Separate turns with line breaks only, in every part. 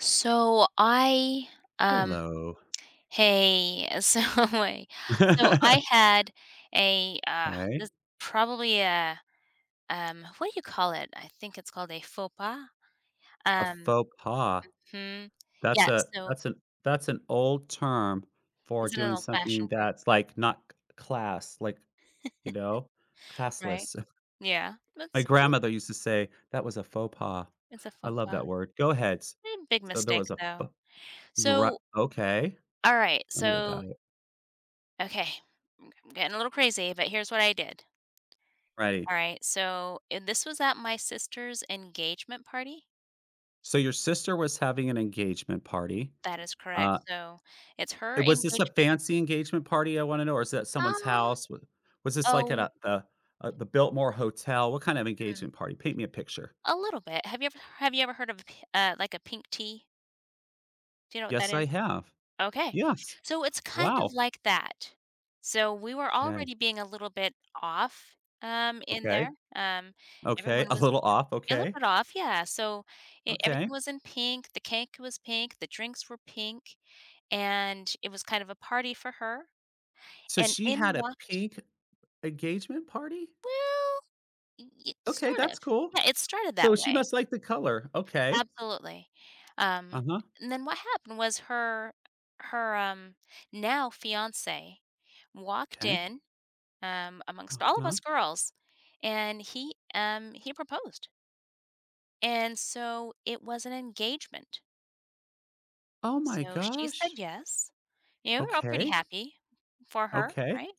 So I, um,
Hello.
hey, So I had a
Hey,
this probably a what do you call it? I think it's called a faux pas.
a
Um,
faux pas.
hmm.
That's
Yeah.
a
So
that's an old term for
is it an
doing something
old-fashioned word,
that's, like, not c class, like, you know,
right?
classless.
Yeah,
My
that's
grandmother used to say, "That was a faux pas."
it's a
I
faux
love
pas.
that word. Go ahead. S
Big
so there
mistake
was a
though.
f you're right.
So,
Okay,
all right.
tell me about
So,
it.
okay, I'm getting a little crazy, but here's what I did.
Ready.
All right. So this was at my sister's engagement party.
So your sister was having an engagement party.
That is correct,
uh
so it's her
Was this a
engagement.
fancy engagement party? I wanna know, or is that someone's
Ah,
house? W Was this like at
oh,
the Biltmore Hotel? What kind of
mm,
engagement party? Paint me a picture.
a little bit. Have you ever heard of a p like a pink tea? Do you know what that
Yes, I
is?
have.
Okay.
Yes.
So it's kind of
Wow.
like that. So we were already being a little bit off, in
Okay.
there,
Okay. Okay.
everyone
A
was,
little
you know,
off.
a little
Okay.
bit off, yeah, so e everything
Okay.
was in pink, the cake was pink, the drinks were pink, and it was kind of a party for her,
So
and
she
in
had a
walked,
pink engagement party?
well Y
Okay,
sort
that's
of.
cool.
Yeah, it started
So
that
she
way.
must like the color. Okay.
Absolutely. Um,
Uh huh.
and then what happened was her, now fiancé walked
Okay. 'Kay.
in, amongst all of
Uh-huh.
us girls, and he proposed. And so it was an engagement.
Oh my
So she said
gosh.
yes. You know, we're all pretty
Okay.
happy for her,
Okay.
right?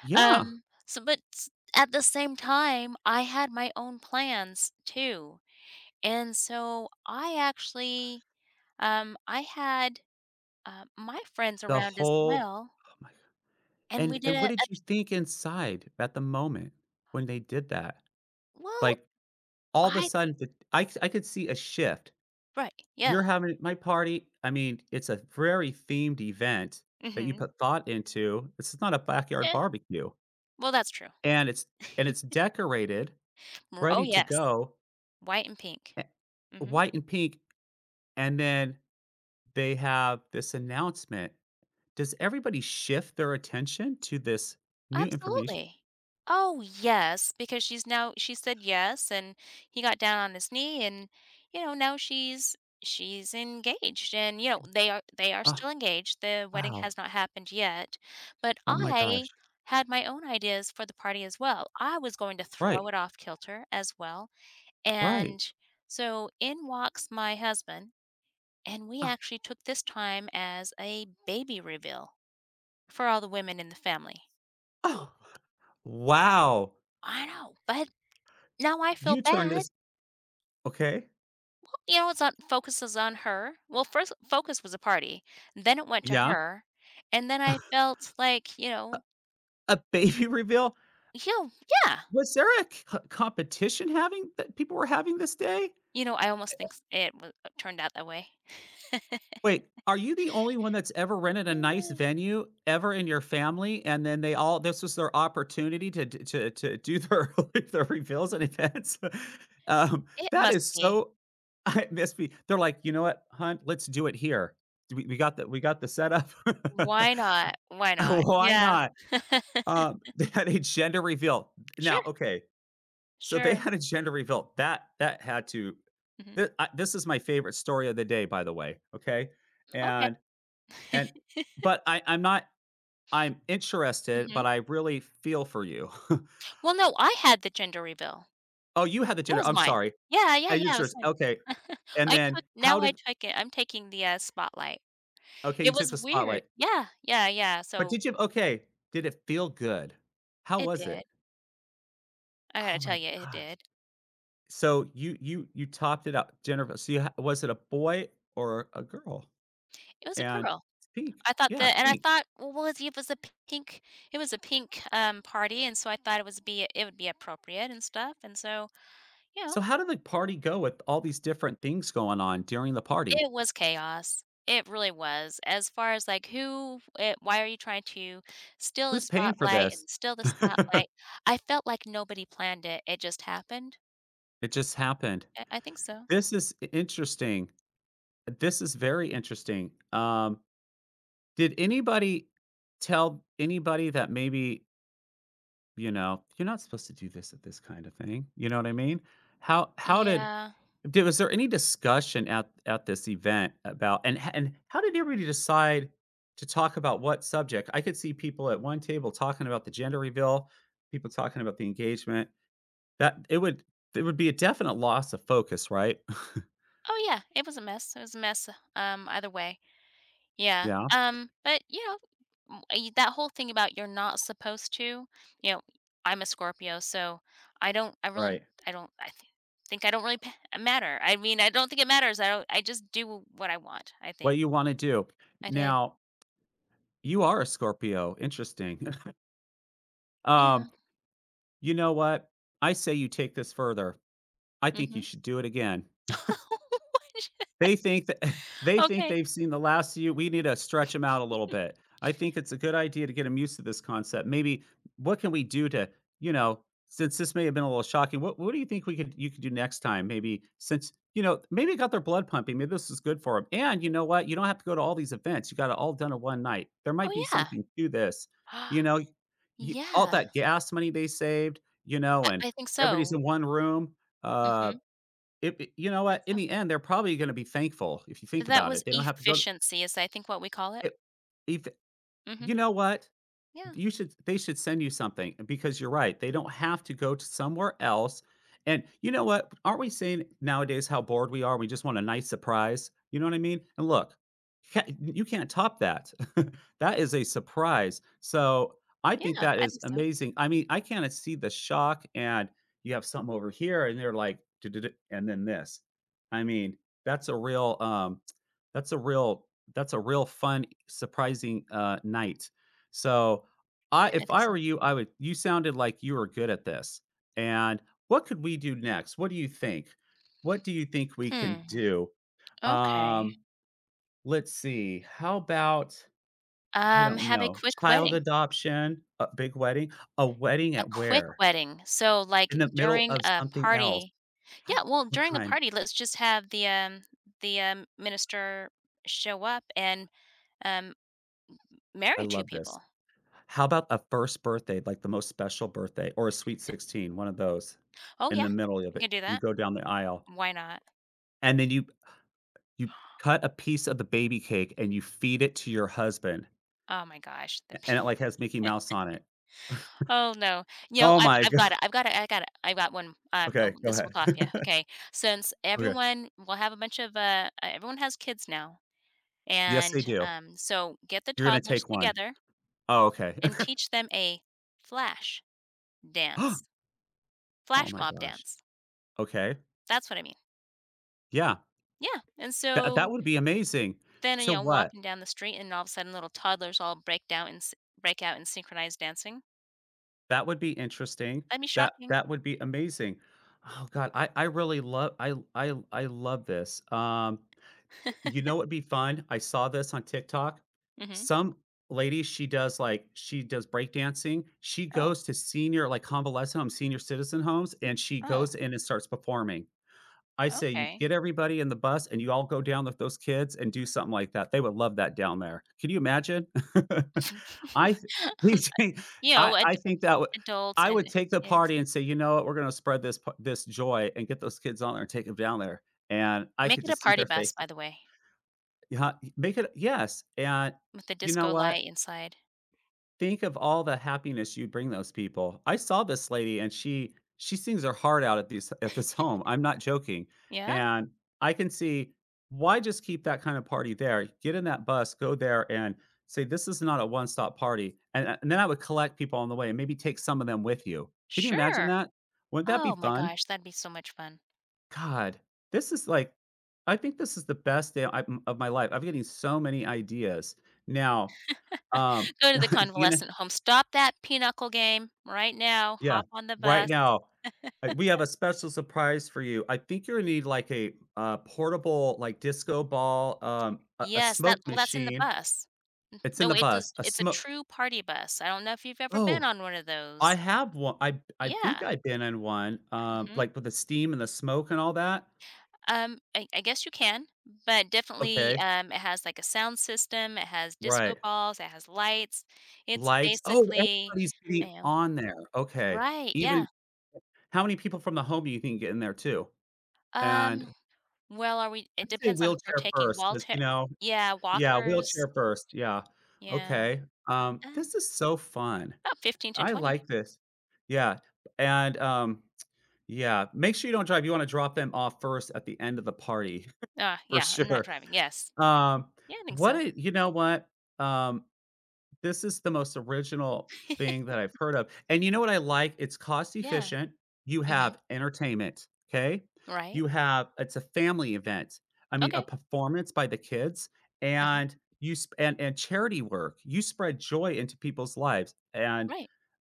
Yeah.
So but s At the same time, I had my own plans too. And so I actually, I had my friends
The
around as
whole
well,
oh my.
and we
And
did
what
a,
did you think inside at the moment when they did that?
well,
Like, all of a
I,
sudden, the I c I could see a shift.
right, yeah,
You're having my party. I mean, it's a very themed event that you
hmm,
put thought into. This is not a backyard
yeah.
barbecue,
Well, that's true.
and it's decorated,
Oh,
ready to
yes,
go,
white and pink.
a
Hmm.
white and pink, and then they have this announcement. Does everybody shift their attention to this new information?
Absolutely. Oh, yes, because she's now, she said yes, and he got down on his knee, and, you know, now she's engaged, and, you know, they are
Oh,
still engaged, the wedding
wow.
has not happened yet, but
Oh my
I
gosh.
had my own ideas for the party as well, I was going to throw
Right.
it off kilter as well,
Right.
and so in walks my husband, and we
Uh,
actually took this time as a baby reveal for all the women in the family.
oh. Wow!
I know, but now I feel
You turned
bad.
this okay.
You know, it's on, focuses on her. Well, first focus was a party, then it went to
Yeah.
her, and then I felt like, you know,
A baby reveal?
you yeah.
Was there a c competition having that people were having this day?
You know, I almost think s it wa turned out that way.
Wait, are you the only one that's ever rented a nice
Eh,
venue ever in your family, and then they all this was their opportunity to d to do their their reveals and events? Um,
it
that
must
is
be.
so I must be they're like, "You know what, Hunt? Let's do it here. We got the setup.
Why not? Why not?
Why
Yeah.
not?" They had a gender reveal. Now,
Sure,
okay, so they
sure.
had a gender reveal. That that had to
Mhm.
th I this is my favorite story of the day, by the way, okay?
Okay.
And and but I'm not I'm interested,
Mhm.
but I really feel for you.
Well, no, I had the gender reveal.
Oh, you had the
That
gender
was
I'm
mine.
sorry.
Yeah, yeah,
And you
yeah, it was
just
mine.
okay, and
I
then
took
how
now I
did
took it I'm taking the, spotlight.
okay,
It
you took
was
the
weird.
spotlight.
Yeah, yeah, yeah,
But
so
did you okay, did it feel good? How
it
was
did.
it?
I gotta
Oh
tell
my
you, it
god.
did.
So you topped it out, Jennifer. So you ha was it a boy or a girl?
It was a
And
girl.
it's pink.
I thought
Yeah,
that, and I
pink.
thought, well, was it it was a pink pink, party, and so I thought it would be appropriate and stuff, and so, you know,
So how did the party go with all these different things going on during the party?
it was chaos. It really was. As far as, like, who why are you trying to steal the
Who's paying for
spotlight
this?
and steal the spotlight? I felt like nobody planned it. It just happened.
It just happened.
I think so.
This is I interesting. This is very interesting. Did anybody tell anybody that maybe, you know, "You're not supposed to do this at this kind of thing," you know what I mean? How did
Yeah.
did was there any discussion at this event about and how did everybody decide to talk about what subject? I could see people at one table talking about the gender reveal, people talking about the engagement. That it would be a definite loss of focus, right?
Oh, yeah, it was a mess. It was a mess, either way. Yeah,
Yeah,
but, you know, m y that whole thing about you're not supposed to, you know, I'm a Scorpio, so I don't I really
right.
I don't I th think I don't really p matter. I mean, I don't think it matters. I don't I just do what I want, I
What
think.
you wanna do.
I did.
Now, you are a Scorpio, interesting.
Yeah.
Um, you know what? I say you take this further. I think you
Mhm.
should do it again. They think that they think
Okay.
they've seen the last of you. We need to stretch them out a little bit. I think it's a good idea to get them used to this concept. Maybe what can we do to, you know, since this may have been a little shocking, what do you think we could you could do next time? Maybe since, you know, maybe it got their blood pumping, maybe this is good for them. And you know what? You don't have to go to all these events. You got it all done in one night. There might
Oh,
be
yeah.
something to this, you know? You all
Yeah.
that gas money they saved, you know,
I
and
I think
everybody's
so.
in one room, uh
Mhm.
it it you know
I
what?
think
In
so.
the end, they're probably gonna be thankful if you think
That
about it.
was
They don't have to go to
efficiency is, I think, what we call it.
it if
Mhm.
you know what?
Yeah.
You should they should send you something because you're right, they don't have to go to somewhere else, and you know what? Aren't we seeing nowadays how bored we are, we just want a nice surprise, you know what I mean? And look, ca you can't top that. That is a surprise, so I think
Yeah,
that
I
is
think so.
amazing. I mean, I can't see the shock and you have something over here and they're like, "Du du du" and then this. I mean, that's a real, that's a real that's a real fun, surprising, night. So I
Yeah, I
if
think
I
so.
were you, I would you sounded like you were good at this, and what could we do next? What do you think? What do you think we can
Hmm.
do?
Okay.
Um, let's see. How about, I don't
Have a
know,
quick
child
wedding.
adoption, a big wedding, a wedding
A
at
quick
where?
wedding. So, like,
In the middle
during
of
a
something else.
party. Yeah, well,
What
during a
kind?
party, let's just have the minister show up and, um,
I
marry 2
love this.
people.
How about a first birthday, like the most special birthday or a sweet 16, one of those
Oh,
in
yeah.
the middle of
We
it.
can do
You
that.
go down the aisle
Why not?
and then You cut a piece of the baby cake and you feed it to your husband,
Oh my gosh, the p
and it, like, has Mickey Mouse on it.
oh, no. You know,
Oh
I've
my
I've
god!
got it, I've got it, I got it. I've got one,
Okay,
oh,
go
this will
ahead.
top you. Okay. Since
Okay.
everyone will have a bunch of, everyone has kids now,
Yes, they
and,
do.
so get the
You're gonna
toddlers
take one.
together
Oh, okay.
and teach them a flash dance.
Oh
Flash
my
mob
gosh.
dance.
Okay.
That's what I mean.
Yeah.
Yeah, and
That that
so
would be amazing.
then, you
To
know,
what?
walking down the street and all of a sudden little toddlers all break down and s break out in synchronized dancing.
That would be interesting.
That'd be
That
shocking.
that would be amazing. Oh god, I really love I love this. Um, you know what'd be fun? I saw this on TikTok.
Mhm.
Some lady, she does, she does breakdancing. She
Oh.
goes to senior, like, convalescent homes, senior citizen homes, and she
Oh,
goes in and starts performing. I say you
okay.
get everybody in the bus, and you all go down with those kids and do something like that. They would love that down there. Can you imagine? I th
Um,
DJ
You know,
I
ad
think that would
adults
I would
and
take the
kids.
party and say, "You know what? We're gonna spread this p this joy and get those kids on there and take them down there." And I
Make
could
it a
just see
party
their
bus,
faces.
by the way,
Yeah, make it yes, and
with the
you know
disco
what?
light inside.
Think of all the happiness you bring those people. I saw this lady and she sings her heart out at these at this home. I'm not joking,
Yeah?
and I can see why just keep that kind of party there. Get in that bus, go there, and say this is not a one stop party. And then I would collect people on the way and maybe take some of them with you. Can you imagine
Sure.
that? Wouldn't that be
Oh my
fun?
gosh, that'd be so much fun.
God, this is like I think this is the best day I m of my life. I'm getting so many ideas. Now, um,
Go to the
you know.
convalescent home. Stop that pinochle game right now.
Yeah,
Hop on the
right
bus.
now, we have a special surprise for you. I think you're gonna need, like, a, portable, like, disco ball, a
Yes, that
smoke
well, that's in the
machine.
bus. N
It's in
no,
the bus. A
it's a
smoke.
true party bus. I don't know if you've ever been
Oh,
on one of
I
those.
have one. I think
Yeah,
I've been in one,
mhm.
like, with the steam and the smoke and all that.
I guess you can, but definitely,
Okay.
it has, like, a sound system, it has disco
Right.
balls, it has lights. It's
Lights oh,
basically,
everybody's getting
you know
on there, okay.
right,
Even
yeah.
how many people from the home do you think get in there too? And
Um, well, are we
I
it
say
depends on if we're
wheelchair
taking
first because
Walter.
you know.
Yeah,
Yeah,
walkers.
wheelchair first, yeah.
Yeah.
Okay,
Um,
this is so fun.
about 15 to
I like
20.
this. Yeah, and, um, yeah, make sure you don't drive, you wanna drop them off first at the end of the party, for
Yeah, I'm not
sure.
driving. Yes.
Um,
Yeah, I think
what
so.
a you know what? Um, this is the most original thing that I've heard of, and you know what I like? It's cost
Yeah.
efficient, you
Mhm.
have entertainment, okay?
Right.
You have it's a family event, I mean, a
Okay.
performance by the kids,
Uh-huh.
and you sp and charity work, you spread joy into people's lives, and
Right.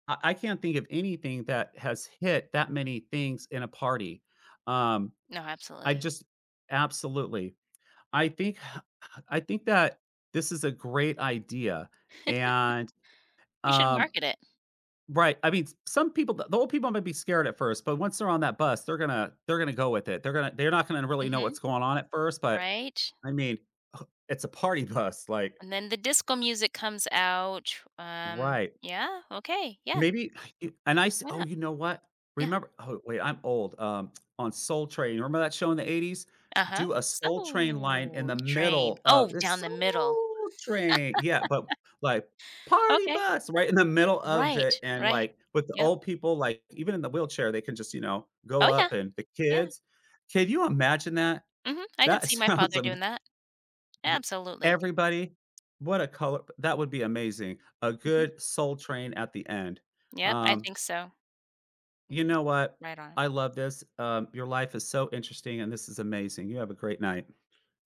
I can't think of anything that has hit that many things in a party. Um,
No,
I
absolutely.
just absolutely. I think I think that this is a great idea, and
We should
um,
market it.
right. I mean, s some people the old people might be scared at first, but once they're on that bus, they're gonna go with it. They're gonna they're not gonna really know what's
Mhm.
going on at first, but
Right?
I mean, it's a party bus, like
And then the disco music comes out.
right.
Yeah, okay. Yeah.
Maybe and I s
Why
oh,
not?
you know what?
Yeah.
Remember oh, wait, I'm old, on Soul Train, remember that show in the '80s?
Uh-huh.
Do a Soul Train line in
So,
the
train.
middle of
Oh,
"It's
down the middle.
Soul Train" yeah, but, like, "Party
Okay.
bus" right in the middle of it,
Right.
and,
Right.
like, with the
Yep.
old people, like, even in the wheelchair, they can just, you know, go
Oh, yeah.
up and the
Yeah.
kids. Can you imagine that?
Mhm. I can
That
see my
sounds
father
ama
doing that.
ye
Absolutely.
everybody, what a color that would be amazing. A
Mhm.
good Soul Train at the end.
Yep, I
Um,
think so.
you know what?
Right on.
I love this. Your life is so interesting, and this is amazing. You have a great night.